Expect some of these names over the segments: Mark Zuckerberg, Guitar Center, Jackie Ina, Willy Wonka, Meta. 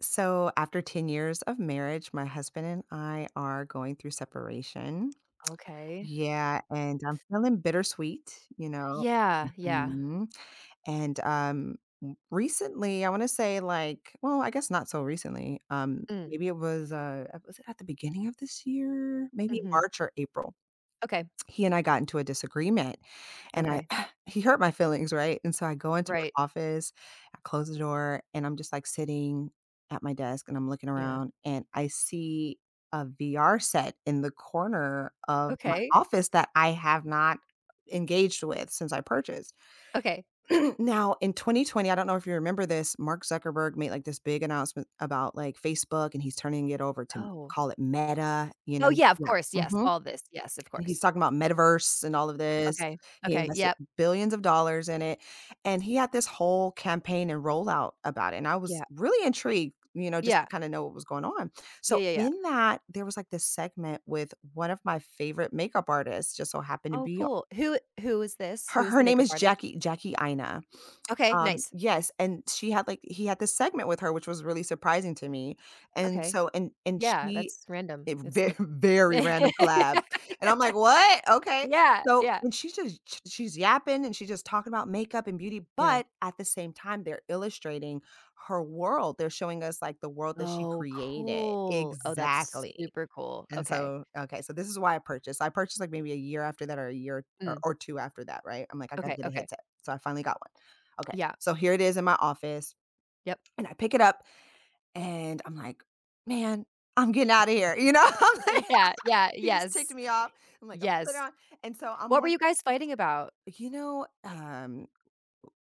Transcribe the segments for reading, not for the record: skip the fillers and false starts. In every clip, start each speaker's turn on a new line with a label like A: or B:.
A: So, after 10 years of marriage, my husband and I are going through separation.
B: Okay.
A: Yeah, and I'm feeling bittersweet.
B: Yeah, yeah.
A: Mhm. Recently, I want to say like, well, I guess not so recently.
B: Mm,
A: Maybe it was it at the beginning of this year? Maybe
B: mhm.
A: March or April.
B: Okay,
A: He and I got into a disagreement, and I
B: okay.
A: he hurt my feelings, right? And so I go into
B: Right.
A: my office, I close the door, and I'm just, like, sitting at my desk, and I'm looking
B: Yeah.
A: around, and I see a VR set in the corner of my
B: Okay,
A: office that I have not engaged with since I purchased.
B: okay.
A: Now, in 2020, I don't know if you remember this, Mark Zuckerberg made, like, this big announcement about, like, Facebook, and he's turning it over to
B: Oh.
A: call it Meta, you know?
B: Oh, yeah, of
A: Yeah.
B: course, yes,
A: Mhm.
B: all this, yes, of
A: And he's
B: course.
A: talking about metaverse and all of this.
B: Okay,
A: He
B: okay,
A: invested
B: yep,
A: billions of dollars in it, and he had this whole campaign and rollout about it, and I was
B: yeah,
A: really intrigued, you know, just to
B: yeah,
A: kinda know what was going on.
B: yeah,
A: So
B: yeah, yeah.
A: in that, there was, like, this segment with one of my favorite makeup artists, just so happened to
B: Oh,
A: be
B: cool. Who is this?
A: her
B: Who is
A: her
B: the
A: name
B: makeup
A: is
B: artist?
A: Jackie Ina.
B: Okay, nice.
A: Yes, and she had, like he had this segment with her, which was really surprising to me, and
B: Okay. Yeah,
A: she
B: that's random.
A: it
B: It's
A: ve
B: a
A: very random collab, and I'm like, "What? Okay."
B: Yeah, yeah,
A: So
B: yeah,
A: and she's just sh she's yapping, and she's just talking about makeup and beauty,
B: yeah.
A: but at the same time, they're illustrating her world, they're showing us, like, the world that she
B: Oh,
A: created.
B: cool. Oh, that's
A: Exactly.
B: super cool.
A: And
B: Okay.
A: so okay, so this is why I purchased. I purchased, like, maybe a year after that or a year
B: Mm,
A: or 2 after that, right? I'm like, "I gotta
B: okay,
A: get a
B: okay.
A: headset." So I finally got one. Okay,
B: Yeah,
A: so here it is in my office,
B: yep.
A: and I pick it up, and I'm like, "Man, I'm getting out of here." You know? I'm like
B: Yeah, yeah,
A: he just ticked
B: yes.
A: me off. I'm like, I am put it
B: Yes.
A: on." And so I'm
B: What were
A: one
B: you guys fighting about?
A: you know,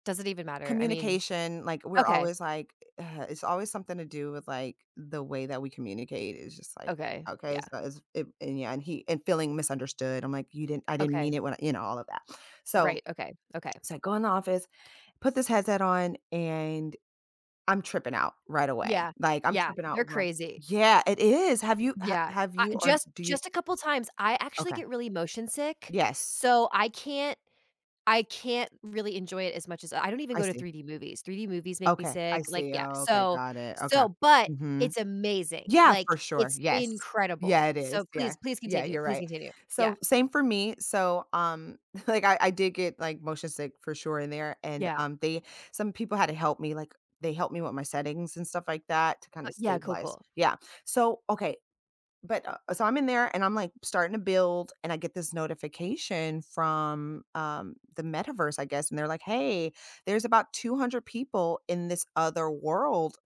B: Does it even matter?
A: communication, like, we're
B: Okay,
A: always like it's always something to do with, like, the way that we communicate. It's just like,
B: okay,
A: okay, so
B: yeah,
A: it's it and yeah, and he and feeling misunderstood. I'm like, "You didn't I didn't
B: okay,
A: mean it when I" you know, all of that. So
B: right, okay, okay.
A: it's like, go in the office, put this headset on, and I'm tripping out right away.
B: Yeah,
A: Like, I'm
B: yeah,
A: tripping out
B: they're
A: right.
B: crazy.
A: Yeah, it is.
B: Yeah,
A: Have
B: I
A: you or
B: just
A: do you.
B: just a couple times, I actually
A: Okay.
B: get really motion sick,
A: Yes,
B: so I can't really enjoy it as much as I don't even
A: I
B: go to
A: see.
B: 3D movies. 3D movies make me
A: Okay, I
B: sick,
A: see.
B: yeah,
A: Oh, okay,
B: so
A: got it. Okay.
B: so but
A: Mhm.
B: it's amazing,
A: Yeah, for sure.
B: it's
A: Yes. Yeah,
B: incredible.
A: it
B: So
A: is. Yeah.
B: please, please
A: Yeah,
B: continue,
A: you're
B: please
A: right.
B: continue. Yeah,
A: So, same for me. So, like I did get, like, motion sick for sure in there, and,
B: yeah.
A: they some people had to help me, like, they helped me with my settings and stuff like that to kinda
B: Yeah, cool,
A: stabilize.
B: cool.
A: Yeah. So, okay, but, so I'm in there and I'm, like, starting to build, and I get this notification from, the metaverse, I guess, and they're like, "Hey, there's about 200 people in this other world.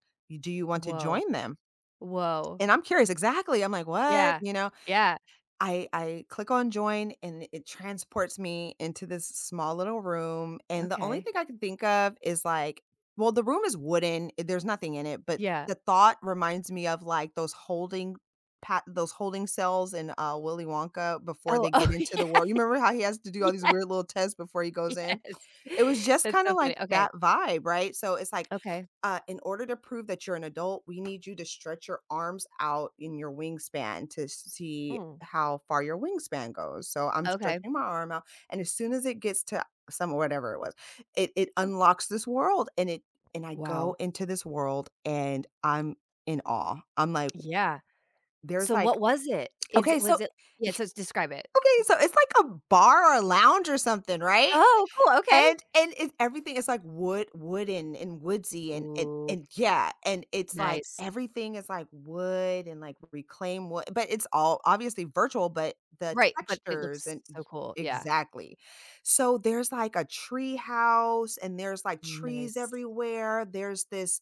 A: Do you want to
B: Whoa,
A: join them?"
B: whoa.
A: And I'm curious exactly. I'm like, "What?"
B: Yeah,
A: You know?
B: yeah,
A: I click on join, and it transports me into this small little room, and the only
B: okay,
A: thing I can think of is, like well, the room is wooden, there's nothing in it, but
B: yeah.
A: the thought reminds me of, like, those holding cells in, Willy Wonka before
B: Oh,
A: they get
B: oh,
A: into the
B: yeah,
A: world. You remember how he has to do all these
B: yeah,
A: weird little tests before he goes in?
B: yes.
A: It was just
B: That's
A: kinda
B: so
A: like
B: funny. Okay,
A: that vibe, right? So it's like,
B: okay,
A: in order to prove that you're an adult, we need you to stretch your arms out in your wingspan to see
B: mm,
A: how far your wingspan goes. So I'm
B: okay.
A: stretching my arm out, and as soon as it gets to some whatever it was, it unlocks this world, and it and I go
B: Wow,
A: into this world, and I'm in awe. I'm like,
B: yeah.
A: there's
B: So
A: like
B: what was it? Is
A: okay,
B: it
A: so
B: was it yeah, so describe it.
A: okay, so it's like a bar or a lounge or something, right?
B: Oh, cool, okay.
A: And it's everything is, like, wooden and woodsy and
B: Ooh,
A: yeah, and it's, like,
B: nice.
A: everything is, like, wood and, like, reclaimed wood but it's all obviously virtual, but the
B: Right, but it
A: textures
B: looks
A: and y
B: so cool, yeah.
A: exactly. So, there's, like, a tree house, and there's, like, trees
B: Nice.
A: everywhere. There's this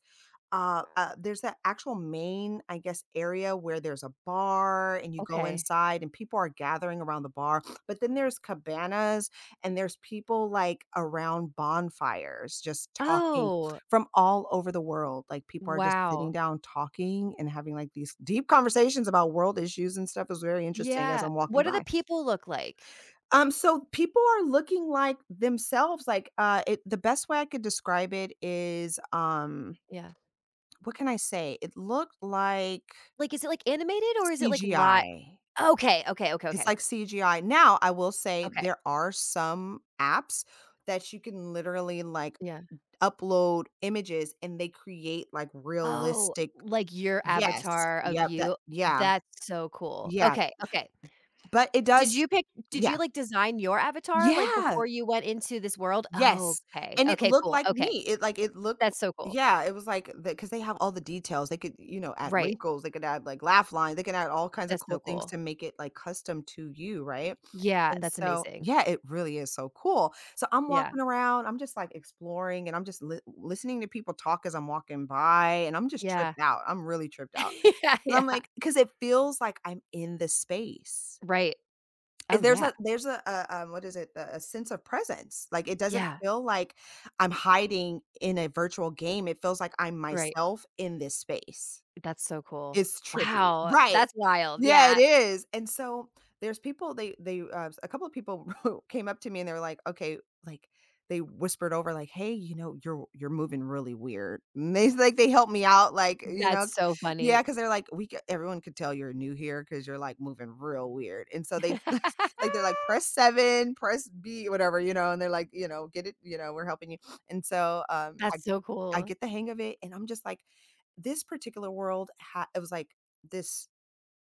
A: there's that actual main, I guess, area where there's a bar and you go
B: Okay.
A: inside and people are gathering around the bar. But then there's cabanas and there's people like around bonfires just talking
B: Oh,
A: from all over the world. Like people are just sitting
B: wow.
A: down talking and having like these deep conversations about world issues and stuff is very interesting as
B: Yeah.
A: I'm walking
B: What do the
A: by.
B: people look like?
A: So people are looking like themselves. Like it, the best way I could describe it is
B: Yeah.
A: what can I say? It looked like
B: Is it animated or is it, live?
A: CGI.
B: Okay, okay, okay,
A: It's
B: okay,
A: like CGI. Now, I will say
B: okay.
A: there are some apps that you can literally, like,
B: Yeah.
A: upload images and they create, like,
B: Oh,
A: realistic.
B: like your
A: Yes.
B: avatar of
A: Yep, that
B: you?
A: yeah,
B: That's so cool.
A: yeah,
B: Okay, okay.
A: but it
B: Did
A: does.
B: you pick did you,
A: Yeah.
B: like, design your avatar,
A: Yeah!
B: before you went into this world? Oh,
A: Yes,
B: okay.
A: and it
B: Okay,
A: looked
B: cool.
A: like me.
B: Okay.
A: It like it looked
B: That's so cool.
A: yeah, it was like because they have all the details. They could, you know, add
B: Right.
A: wrinkles, they could add, like, laugh lines, they could add all kinds of
B: That's so
A: cool things to
B: cool.
A: make it, like, custom to you, right?
B: Yeah,
A: And
B: that's
A: so
B: amazing.
A: yeah, it really is so cool. So I'm
B: Yeah.
A: walking around, I'm just, like, exploring, and I'm just li listening to people talk as I'm walking by, and I'm just
B: Yeah.
A: tripped out. I'm really tripped out
B: Yeah,
A: because 'cause I'm
B: yeah.
A: like because it feels like I'm in the space.
B: Right.
A: Is
B: Oh,
A: there's
B: yeah.
A: a there's a a, um, what is it? A sense of presence. Like, it doesn't
B: Yeah.
A: feel like I'm hiding in a virtual game, it feels like I'm
B: Right.
A: myself in this space.
B: That's so cool.
A: It's trippy.
B: Wow.
A: Right.
B: That's wild.
A: Yeah, it
B: Yeah.
A: is, and so there's people a couple of people came up to me and they were like, "Okay," like, they whispered over like, "Hey, you know, you're moving really weird." And they like, they helped me out, like, you
B: That's
A: know
B: so
A: yeah,
B: funny.
A: because 'cause they're like, "We c everyone could tell you're new here because 'cause you're, like, moving real weird." And so they like, they're like, "Press 7, press B," whatever, you know, and they're like, you know, "Get it," you know, "We're helping you." And so, I
B: That's so
A: I
B: cool.
A: get the hang of it, and I'm just like, this particular world had it was like this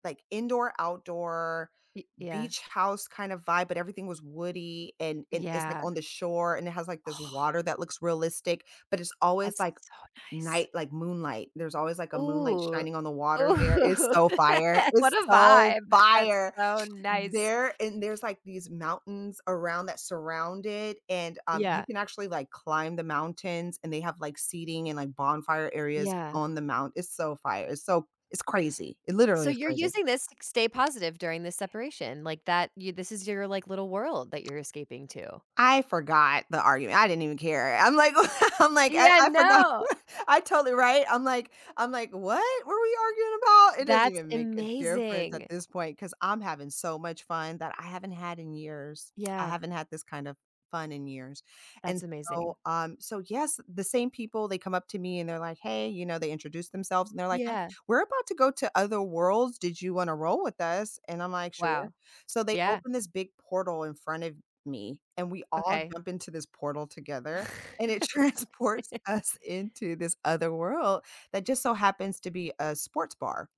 A: like indoor outdoor
B: Y yeah.
A: beach house kind of vibe but everything was woody and it's like
B: Yeah.
A: on the shore and it has like this
B: Oh,
A: water that looks realistic but it's always
B: that's
A: like
B: so nice.
A: night like moonlight there's always like a moonlight
B: Ooh.
A: shining on the water. There is
B: Ooh.
A: so fire
B: What
A: it's
B: a
A: so
B: vibe. That's
A: fire
B: so nice.
A: there and there's, like, these mountains around that surround it, and, you
B: Yeah.
A: can actually, like, climb the mountains, and they have, like, seating and, like, bonfire areas
B: Yeah.
A: on the mount it's so fire, it's so it's crazy, it
B: So
A: literally is
B: you're
A: crazy.
B: using this to stay positive during this separation, like, that you this is your, little world that you're escaping to.
A: I forgot the argument, I didn't even care. I'm like I'm like, I
B: Yeah,
A: I forgot.
B: no.
A: I totally right? I'm like, "What were we arguing about?" It doesn't
B: That's
A: even make a difference at
B: amazing.
A: this point because 'cause I'm having so much fun that I haven't had in years. I
B: Yeah.
A: haven't had this kind of fun in years, and
B: That's
A: so,
B: amazing.
A: so yes, the same people, they come up to me and they're like, "Hey," you know, they introduce themselves and they're like, "Hey,
B: Yeah.
A: we're about to go to other worlds. Did you wanna roll with us?" And I'm like, "Sure."
B: Wow.
A: So they
B: Yeah.
A: open this big portal in front of me. And we all
B: Okay.
A: jump into this portal together, and it
B: That's
A: transports
B: amazing.
A: us into this other world that just so happens to be a sports bar.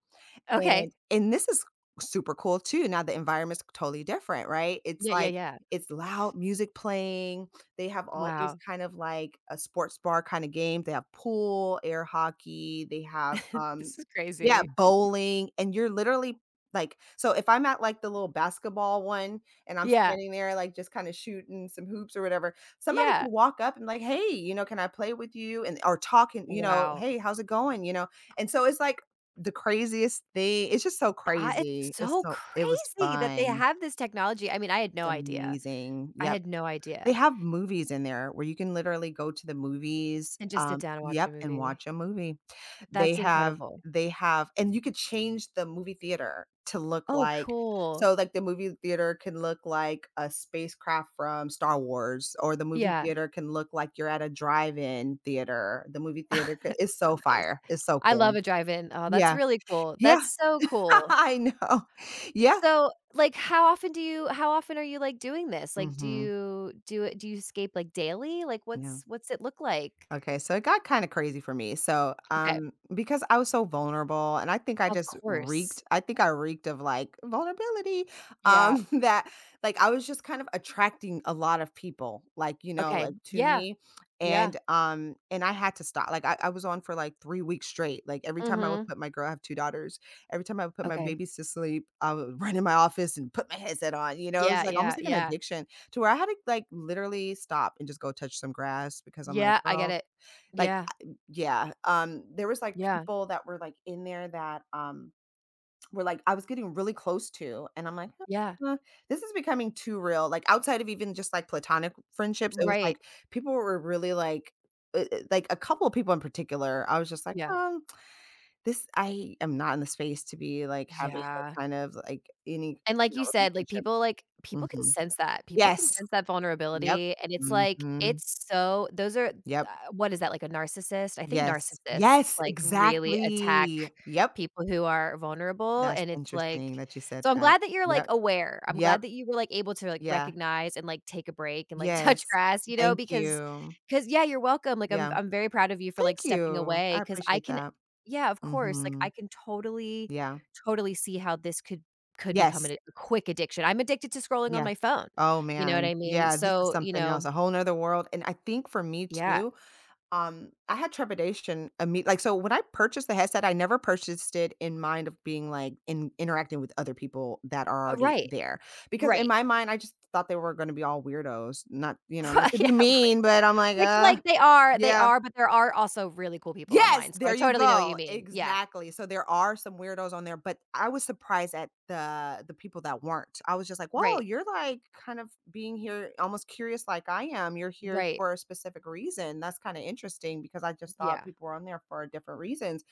B: Okay.
A: And this is super cool too, now the environment's totally different, right? It's
B: Yeah, yeah,
A: like
B: yeah.
A: it's loud music playing, they have all these
B: Wow.
A: kind of like a sports bar kinda games. They have pool, air hockey, they have,
B: This is
A: yeah,
B: crazy.
A: bowling, and you're literally like so if I'm at, like, the little basketball one and I'm
B: Yeah,
A: standing there, like, just kinda shooting some hoops or whatever, somebody
B: yeah.
A: can walk up and like, "Hey," you know, "Can I play with you?" and or talking, you know,
B: Wow.
A: "Hey, how's it going?" you know? And so it's like the craziest thing it's just so
B: I
A: crazy.
B: it's
A: It's
B: so
A: so it was
B: crazy that they
A: fun.
B: have this technology. I had
A: It's
B: no idea.
A: amazing.
B: I
A: Yep.
B: had no idea.
A: They have movies in there where you can literally go to the movies,
B: And just sit down and watch
A: yep,
B: a
A: and
B: movie.
A: watch a movie. They
B: That's
A: have
B: incredible.
A: and you could change the movie theater to look
B: Oh,
A: like
B: cool.
A: so, like, the movie theater can look like a spacecraft from Star Wars, or the movie
B: Yeah.
A: theater can look like you're at a drive-in theater. The movie theater c it's
B: That's so
A: so
B: nice.
A: fire. It's so
B: I
A: cool.
B: love a drive-in. Oh, that's
A: Yeah.
B: really cool. That's
A: Yeah.
B: so cool.
A: I know. Yeah.
B: So, how often do you how often are you, doing this? Like,
A: Mhm.
B: do you escape, like, daily? Like,
A: Yeah.
B: what's it look like?
A: Okay, so it got kinda crazy for me, so,
B: Okay.
A: because I was so vulnerable, and
B: Of course.
A: I think I reeked of, like, vulnerability,
B: Yeah.
A: that, like, I was just kind of attracting a lot of people, like, you know,
B: Okay.
A: like, to
B: Yeah.
A: me,
B: Yeah.
A: and, and I had to stop, like, I was on for, like, 3 weeks straight, like, every time I would
B: Mhm.
A: put my girl I have 2 daughters, every time I would put my
B: Okay.
A: babies to sleep, I would run in my office and put my headset on, you know, it was,
B: Yeah,
A: like, almost
B: yeah,
A: like an
B: yeah.
A: addiction to where I had to, like, literally stop and just go touch some grass because I'm like,
B: Yeah, I get
A: "Girl,
B: it.
A: like,
B: Yeah,
A: I yeah, there was, like,
B: yeah,
A: people that were, like, in there that, were, like, I was getting really close to, and I'm like, "Huh,
B: yeah.
A: This is becoming too real." Like, outside of even just, like, platonic friendships, it was,
B: Right.
A: like, people were really, like, a couple of people in particular, I was just like,
B: Yeah.
A: This I am not in the space to be, like, having
B: Yeah.
A: a kind of, like, any,
B: And like
A: you know,
B: you said, like,
A: relationship."
B: people, like people can
A: Mhm.
B: sense that. People can
A: Yes.
B: sense that
A: Yep.
B: vulnerability, and it's like,
A: Mhm.
B: it's so those are
A: Yep.
B: what is that, like a narcissist? I think
A: Yes.
B: narcissists,
A: Yes,
B: like, really attack
A: exactly. Yep.
B: people who are vulnerable,
A: That's
B: and it's
A: interesting
B: like
A: that you said
B: so I'm
A: that.
B: glad that you're, like,
A: Yep,
B: aware. I'm
A: yep,
B: glad that you were, like, able to, like,
A: yeah,
B: recognize and, like, take a break and, like, touch
A: yes.
B: grass, you know,
A: Thank
B: because,
A: you.
B: yeah, you're welcome.
A: Yeah,
B: I'm very proud of you for, like,
A: thank
B: stepping
A: you. I
B: away. Because I
A: appreciate
B: can
A: that.
B: yeah, of course, like, I
A: Mhm,
B: can totally,
A: yeah.
B: totally see how this could become
A: Yes,
B: an a quick addiction. I'm addicted to scrolling on
A: yeah.
B: my phone,
A: Oh,
B: you know what
A: man.
B: I mean?
A: Yeah, this is
B: So, you
A: something else,
B: know
A: a whole 'nother world, and I think for me
B: yeah.
A: too. I had trepidation imme like, so when I purchased the headset, I never purchased it in mind of being, like, in interacting with other people that are already
B: Right,
A: there, because in
B: right.
A: my mind, I just thought they were gonna be all weirdos, not you know, not
B: Right,
A: to be
B: yeah,
A: mean, but I'm like,
B: which, like, they
A: Yeah."
B: are, but there are also really cool people
A: Yes,
B: online, so
A: there
B: I
A: you
B: totally know what
A: go,
B: you mean. Yeah,
A: exactly, so there are some weirdos on there, but I was surprised at the people that weren't. I was just like, "Whoa,
B: right,
A: you're, like, kind of being here almost curious like I am, you're here
B: right.
A: for a specific reason, that's kinda interesting," because I just thought
B: Yeah,
A: people were on there for different reasons,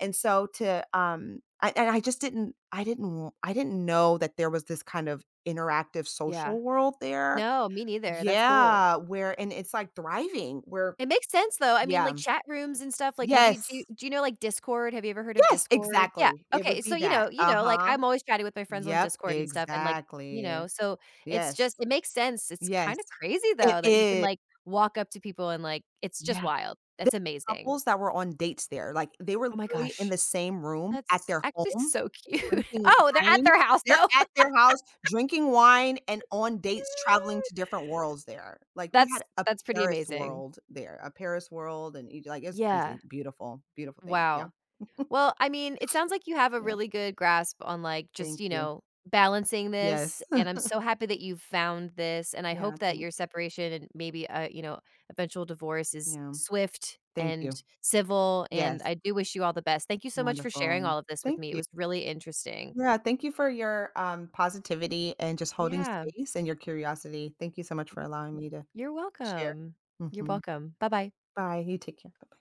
A: and so to, I and I just didn't I didn't I didn't know that there was this kind of interactive
B: yeah.
A: social world there.
B: No, me neither, that's cool.
A: Yeah, where and it's, like, thriving, where
B: It makes sense though. I mean,
A: Yeah.
B: like, chat rooms and stuff, like, have you do
A: Yes.
B: you, do you know, like, Discord? Have you ever heard of
A: Yes,
B: Discord? Yeah,
A: exactly. It would
B: okay,
A: be
B: so,
A: that.
B: you know, like,
A: Uh-huh.
B: I'm always chatting with my friends on
A: Yep,
B: Discord and stuff and, like, you
A: exactly.
B: know, so it's
A: Yes,
B: just it makes sense. It's
A: yes,
B: kinda crazy
A: it
B: though that you can,
A: is.
B: like, walk up to people and, it's just
A: Yeah.
B: wild.
A: There
B: That's
A: were
B: amazing.
A: couples that were on dates there, like, they were
B: Oh my
A: literally in
B: gosh.
A: the same room at
B: That's
A: their
B: actually
A: home
B: so cute.
A: drinking
B: Oh, they're at
A: wine.
B: their house
A: They're
B: though.
A: at their house drinking wine and on dates traveling to different worlds there. Like, they had
B: That's
A: a
B: that's pretty
A: Paris
B: amazing.
A: world there, a Paris world and Egy like, it's
B: Yeah.
A: crazy. Beautiful, beautiful thing. Yeah,
B: Wow. Well, I mean, it sounds like you have a
A: yeah.
B: really good grasp on, like, just, you
A: Thank you.
B: know, balancing this,
A: Yes.
B: and I'm so happy that you found this, and I
A: Yeah,
B: hope that your
A: thanks.
B: separation and maybe, you know, eventual divorce is
A: Yeah.
B: swift
A: Thank
B: and
A: you.
B: civil, and
A: Yes,
B: I do wish you all the best. Thank you so much for sharing
A: wonderful.
B: all of this with
A: Thank
B: me. It
A: you.
B: was really interesting.
A: Yeah, thank you for your, positivity and just holding
B: Yeah.
A: space and your curiosity. Thank you so much for allowing
B: Y
A: me to
B: you're
A: share.
B: welcome. You're
A: Mhm.
B: welcome. Bye-bye.
A: Bye, you take care. Bye-bye.